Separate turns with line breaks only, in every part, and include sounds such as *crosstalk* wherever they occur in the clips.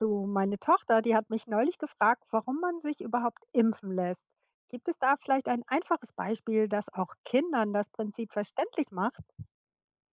Du, meine Tochter, die hat mich neulich gefragt, warum man sich überhaupt impfen lässt. Gibt es da vielleicht ein einfaches Beispiel, das auch Kindern das Prinzip verständlich macht?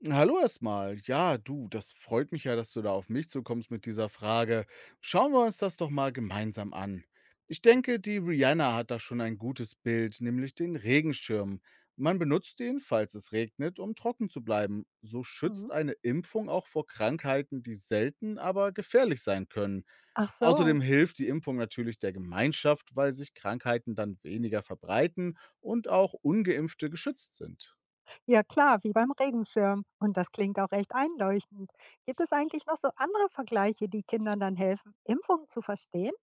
Hallo erstmal. Ja, du, das freut mich ja, dass du da auf mich zukommst mit dieser Frage. Schauen wir uns das doch mal gemeinsam an. Ich denke, die Rihanna hat da schon ein gutes Bild, nämlich den Regenschirm. Man benutzt ihn, falls es regnet, um trocken zu bleiben. So schützt
Mhm.
eine Impfung auch vor Krankheiten, die selten, aber gefährlich sein können.
Ach so.
Außerdem hilft die Impfung natürlich der Gemeinschaft, weil sich Krankheiten dann weniger verbreiten und auch ungeimpfte geschützt sind.
Ja klar, wie beim Regenschirm. Und das klingt auch recht einleuchtend. Gibt es eigentlich noch so andere Vergleiche, die Kindern dann helfen, Impfungen zu verstehen?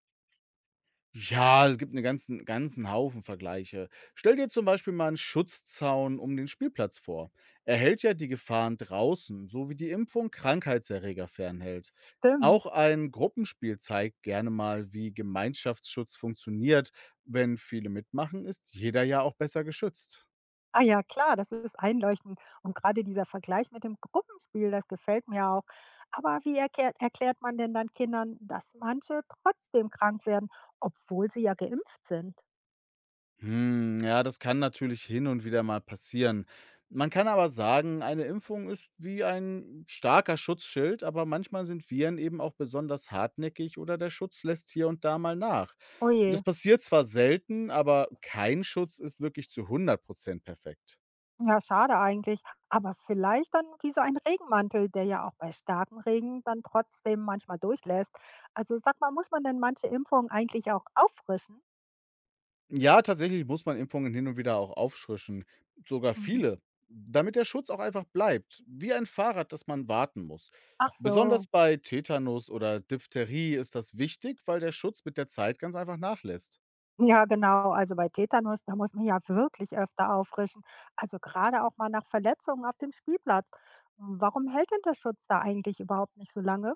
Ja, es gibt einen ganzen Haufen Vergleiche. Stell dir zum Beispiel mal einen Schutzzaun um den Spielplatz vor. Er hält ja die Gefahren draußen, so wie die Impfung Krankheitserreger fernhält. Auch
Stimmt.
ein Gruppenspiel zeigt gerne mal, wie Gemeinschaftsschutz funktioniert. Wenn viele mitmachen, ist jeder ja auch besser geschützt.
Ah ja, klar, das ist einleuchtend. Und gerade dieser Vergleich mit dem Gruppenspiel, das gefällt mir auch. Aber erklärt man denn dann Kindern, dass manche trotzdem krank werden, obwohl sie ja geimpft sind?
Hm, ja, das kann natürlich hin und wieder mal passieren. Man kann aber sagen, eine Impfung ist wie ein starker Schutzschild, aber manchmal sind Viren eben auch besonders hartnäckig oder der Schutz lässt hier und da mal nach.
Oje.
Das passiert zwar selten, aber kein Schutz ist wirklich zu 100% perfekt.
Ja, schade eigentlich. Aber vielleicht dann wie so ein Regenmantel, der ja auch bei starkem Regen dann trotzdem manchmal durchlässt. Also sag mal, muss man denn manche Impfungen eigentlich auch auffrischen?
Ja, tatsächlich muss man Impfungen hin und wieder auch auffrischen, sogar
Mhm.
viele, damit der Schutz auch einfach bleibt, wie ein Fahrrad, das man warten muss.
Ach so.
Besonders bei Tetanus oder Diphtherie ist das wichtig, weil der Schutz mit der Zeit ganz einfach nachlässt.
Ja, genau. Also bei Tetanus, da muss man ja wirklich öfter auffrischen. Also gerade auch mal nach Verletzungen auf dem Spielplatz. Warum hält denn der Schutz da eigentlich überhaupt nicht so lange?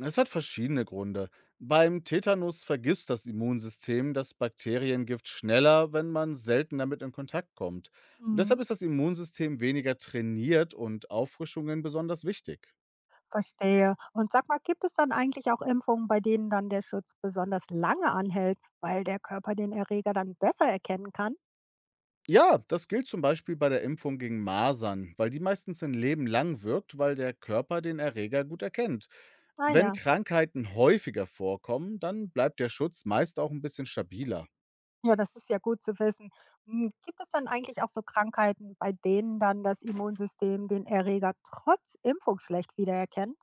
Es hat verschiedene Gründe. Beim Tetanus vergisst das Immunsystem das Bakteriengift schneller, wenn man selten damit in Kontakt kommt.
Mhm.
Deshalb ist das Immunsystem weniger trainiert und Auffrischungen besonders wichtig.
Verstehe. Und sag mal, gibt es dann eigentlich auch Impfungen, bei denen dann der Schutz besonders lange anhält, weil der Körper den Erreger dann besser erkennen kann?
Ja, das gilt zum Beispiel bei der Impfung gegen Masern, weil die meistens ein Leben lang wirkt, weil der Körper den Erreger gut erkennt.
Ah
Wenn
ja,
Krankheiten häufiger vorkommen, dann bleibt der Schutz meist auch ein bisschen stabiler.
ja, das ist ja gut zu wissen. Hm, gibt es dann eigentlich auch so Krankheiten, bei denen dann das Immunsystem den Erreger trotz Impfung schlecht wiedererkennt?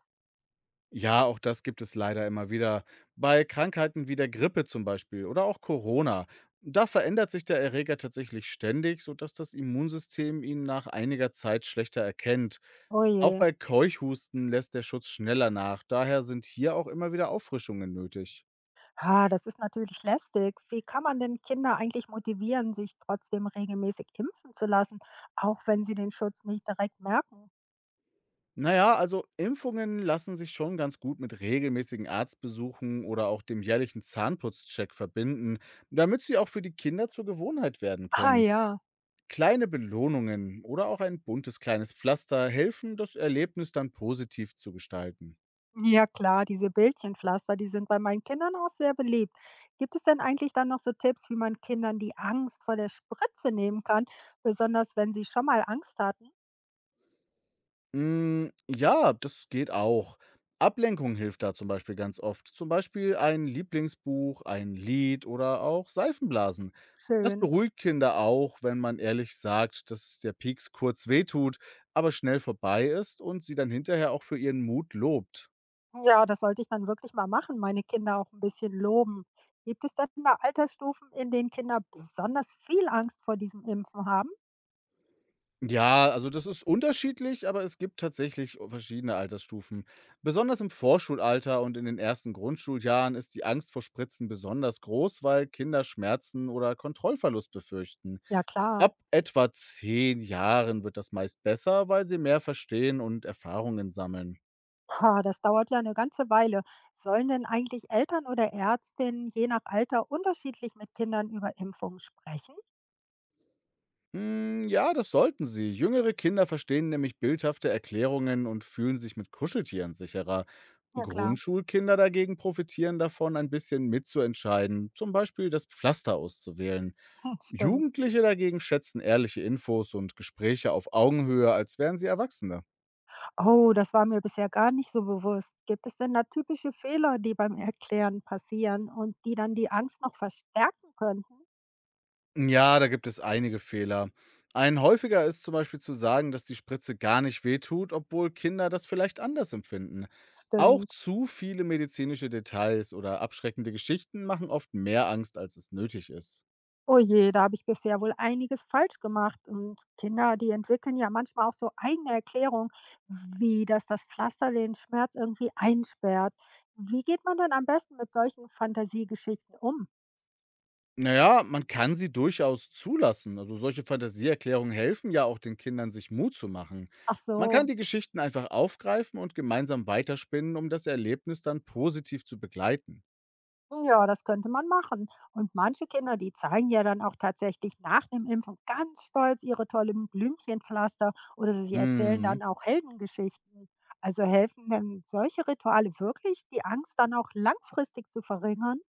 Ja, auch das gibt es leider immer wieder. Bei Krankheiten wie der Grippe zum Beispiel oder auch Corona. Da verändert sich der Erreger tatsächlich ständig, sodass das Immunsystem ihn nach einiger Zeit schlechter erkennt.
Oh
Auch
je.
bei Keuchhusten lässt der Schutz schneller nach. Daher sind hier auch immer wieder Auffrischungen nötig.
Ah, das ist natürlich lästig. Wie kann man denn Kinder eigentlich motivieren, sich trotzdem regelmäßig impfen zu lassen, auch wenn sie den Schutz nicht direkt merken?
Naja, also Impfungen lassen sich schon ganz gut mit regelmäßigen Arztbesuchen oder auch dem jährlichen Zahnputzcheck verbinden, damit sie auch für die Kinder zur Gewohnheit werden
Ah
können.
ja.
Kleine Belohnungen oder auch ein buntes kleines Pflaster helfen, das Erlebnis dann positiv zu gestalten.
Ja klar, diese Bildchenpflaster, die sind bei meinen Kindern auch sehr beliebt. Gibt es denn eigentlich dann noch so Tipps, wie man Kindern die Angst vor der Spritze nehmen kann, besonders wenn sie schon mal Angst hatten?
Ja, das geht auch. Ablenkung hilft da zum Beispiel ganz oft. Zum Beispiel ein Lieblingsbuch, ein Lied oder auch Seifenblasen. Das
Schön.
beruhigt Kinder auch, wenn man ehrlich sagt, dass der Pieks kurz wehtut, aber schnell vorbei ist und sie dann hinterher auch für ihren Mut lobt.
Ja, das sollte ich dann wirklich mal machen, meine Kinder auch ein bisschen loben. Gibt es denn da Altersstufen, in denen Kinder besonders viel Angst vor diesem Impfen haben?
Ja, also das ist unterschiedlich, aber es gibt tatsächlich verschiedene Altersstufen. Besonders im Vorschulalter und in den ersten Grundschuljahren ist die Angst vor Spritzen besonders groß, weil Kinder Schmerzen oder Kontrollverlust befürchten.
Ja klar.
Ab etwa 10 Jahren wird das meist besser, weil sie mehr verstehen und Erfahrungen sammeln.
Ha, das dauert ja eine ganze Weile. Sollen denn eigentlich Eltern oder Ärztinnen je nach Alter unterschiedlich mit Kindern über Impfungen sprechen?
Hm, ja, das sollten sie. Jüngere Kinder verstehen nämlich bildhafte Erklärungen und fühlen sich mit Kuscheltieren sicherer.
Ja klar.
Grundschulkinder dagegen profitieren davon, ein bisschen mitzuentscheiden, zum Beispiel das Pflaster auszuwählen.
*laughs* Hm, stimmt.
Jugendliche dagegen schätzen ehrliche Infos und Gespräche auf Augenhöhe, als wären sie Erwachsene.
Oh, das war mir bisher gar nicht so bewusst. Gibt es denn da typische Fehler, die beim Erklären passieren und die dann die Angst noch verstärken könnten?
Ja, da gibt es einige Fehler. Ein häufiger ist zum Beispiel zu sagen, dass die Spritze gar nicht wehtut, obwohl Kinder das vielleicht anders empfinden. Auch
Stimmt.
zu viele medizinische Details oder abschreckende Geschichten machen oft mehr Angst, als es nötig ist.
Oh je, da habe ich bisher wohl einiges falsch gemacht. Und Kinder, die entwickeln ja manchmal auch so eigene Erklärungen, wie dass das Pflaster den Schmerz irgendwie einsperrt. Wie geht man dann am besten mit solchen Fantasiegeschichten um?
Naja, man kann sie durchaus zulassen. Also solche Fantasieerklärungen helfen ja auch den Kindern, sich Mut zu machen.
Ach
Man kann
so.
die Geschichten einfach aufgreifen und gemeinsam weiterspinnen, um das Erlebnis dann positiv zu begleiten.
Ja, das könnte man machen. Und manche Kinder, die zeigen ja dann auch tatsächlich nach dem Impfen ganz stolz ihre tollen Blümchenpflaster oder sie erzählen
Mhm.
dann auch Heldengeschichten. Also helfen denn solche Rituale wirklich, die Angst dann auch langfristig zu verringern?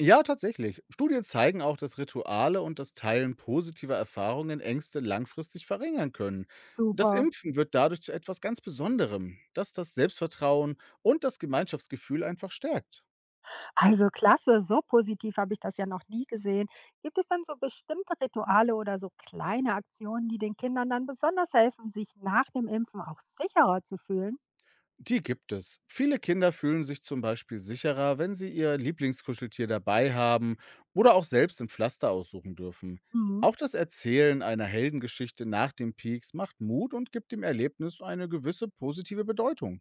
Ja, tatsächlich. Studien zeigen auch, dass Rituale und das Teilen positiver Erfahrungen Ängste langfristig verringern können. Das
Super.
Impfen wird dadurch zu etwas ganz Besonderem, das das Selbstvertrauen und das Gemeinschaftsgefühl einfach stärkt.
Also klasse, so positiv habe ich das ja noch nie gesehen. Gibt es dann so bestimmte Rituale oder so kleine Aktionen, die den Kindern dann besonders helfen, sich nach dem Impfen auch sicherer zu fühlen?
Die gibt es. Viele Kinder fühlen sich zum Beispiel sicherer, wenn sie ihr Lieblingskuscheltier dabei haben oder auch selbst ein Pflaster aussuchen dürfen.
Mhm.
Auch das Erzählen einer Heldengeschichte nach dem Peaks macht Mut und gibt dem Erlebnis eine gewisse positive Bedeutung.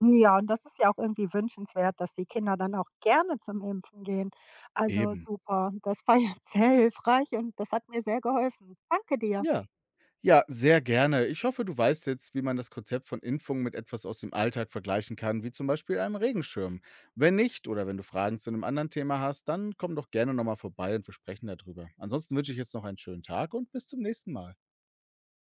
Ja, und das ist ja auch irgendwie wünschenswert, dass die Kinder dann auch gerne zum Impfen gehen. Also
Eben.
super, das war jetzt sehr hilfreich und das hat mir sehr geholfen. Danke dir.
Ja. Ja, sehr gerne. Ich hoffe, du weißt jetzt, wie man das Konzept von Impfungen mit etwas aus dem Alltag vergleichen kann, wie zum Beispiel einem Regenschirm. Wenn nicht oder wenn du Fragen zu einem anderen Thema hast, dann komm doch gerne nochmal vorbei und wir sprechen darüber. Ansonsten wünsche ich jetzt noch einen schönen Tag und bis zum nächsten Mal.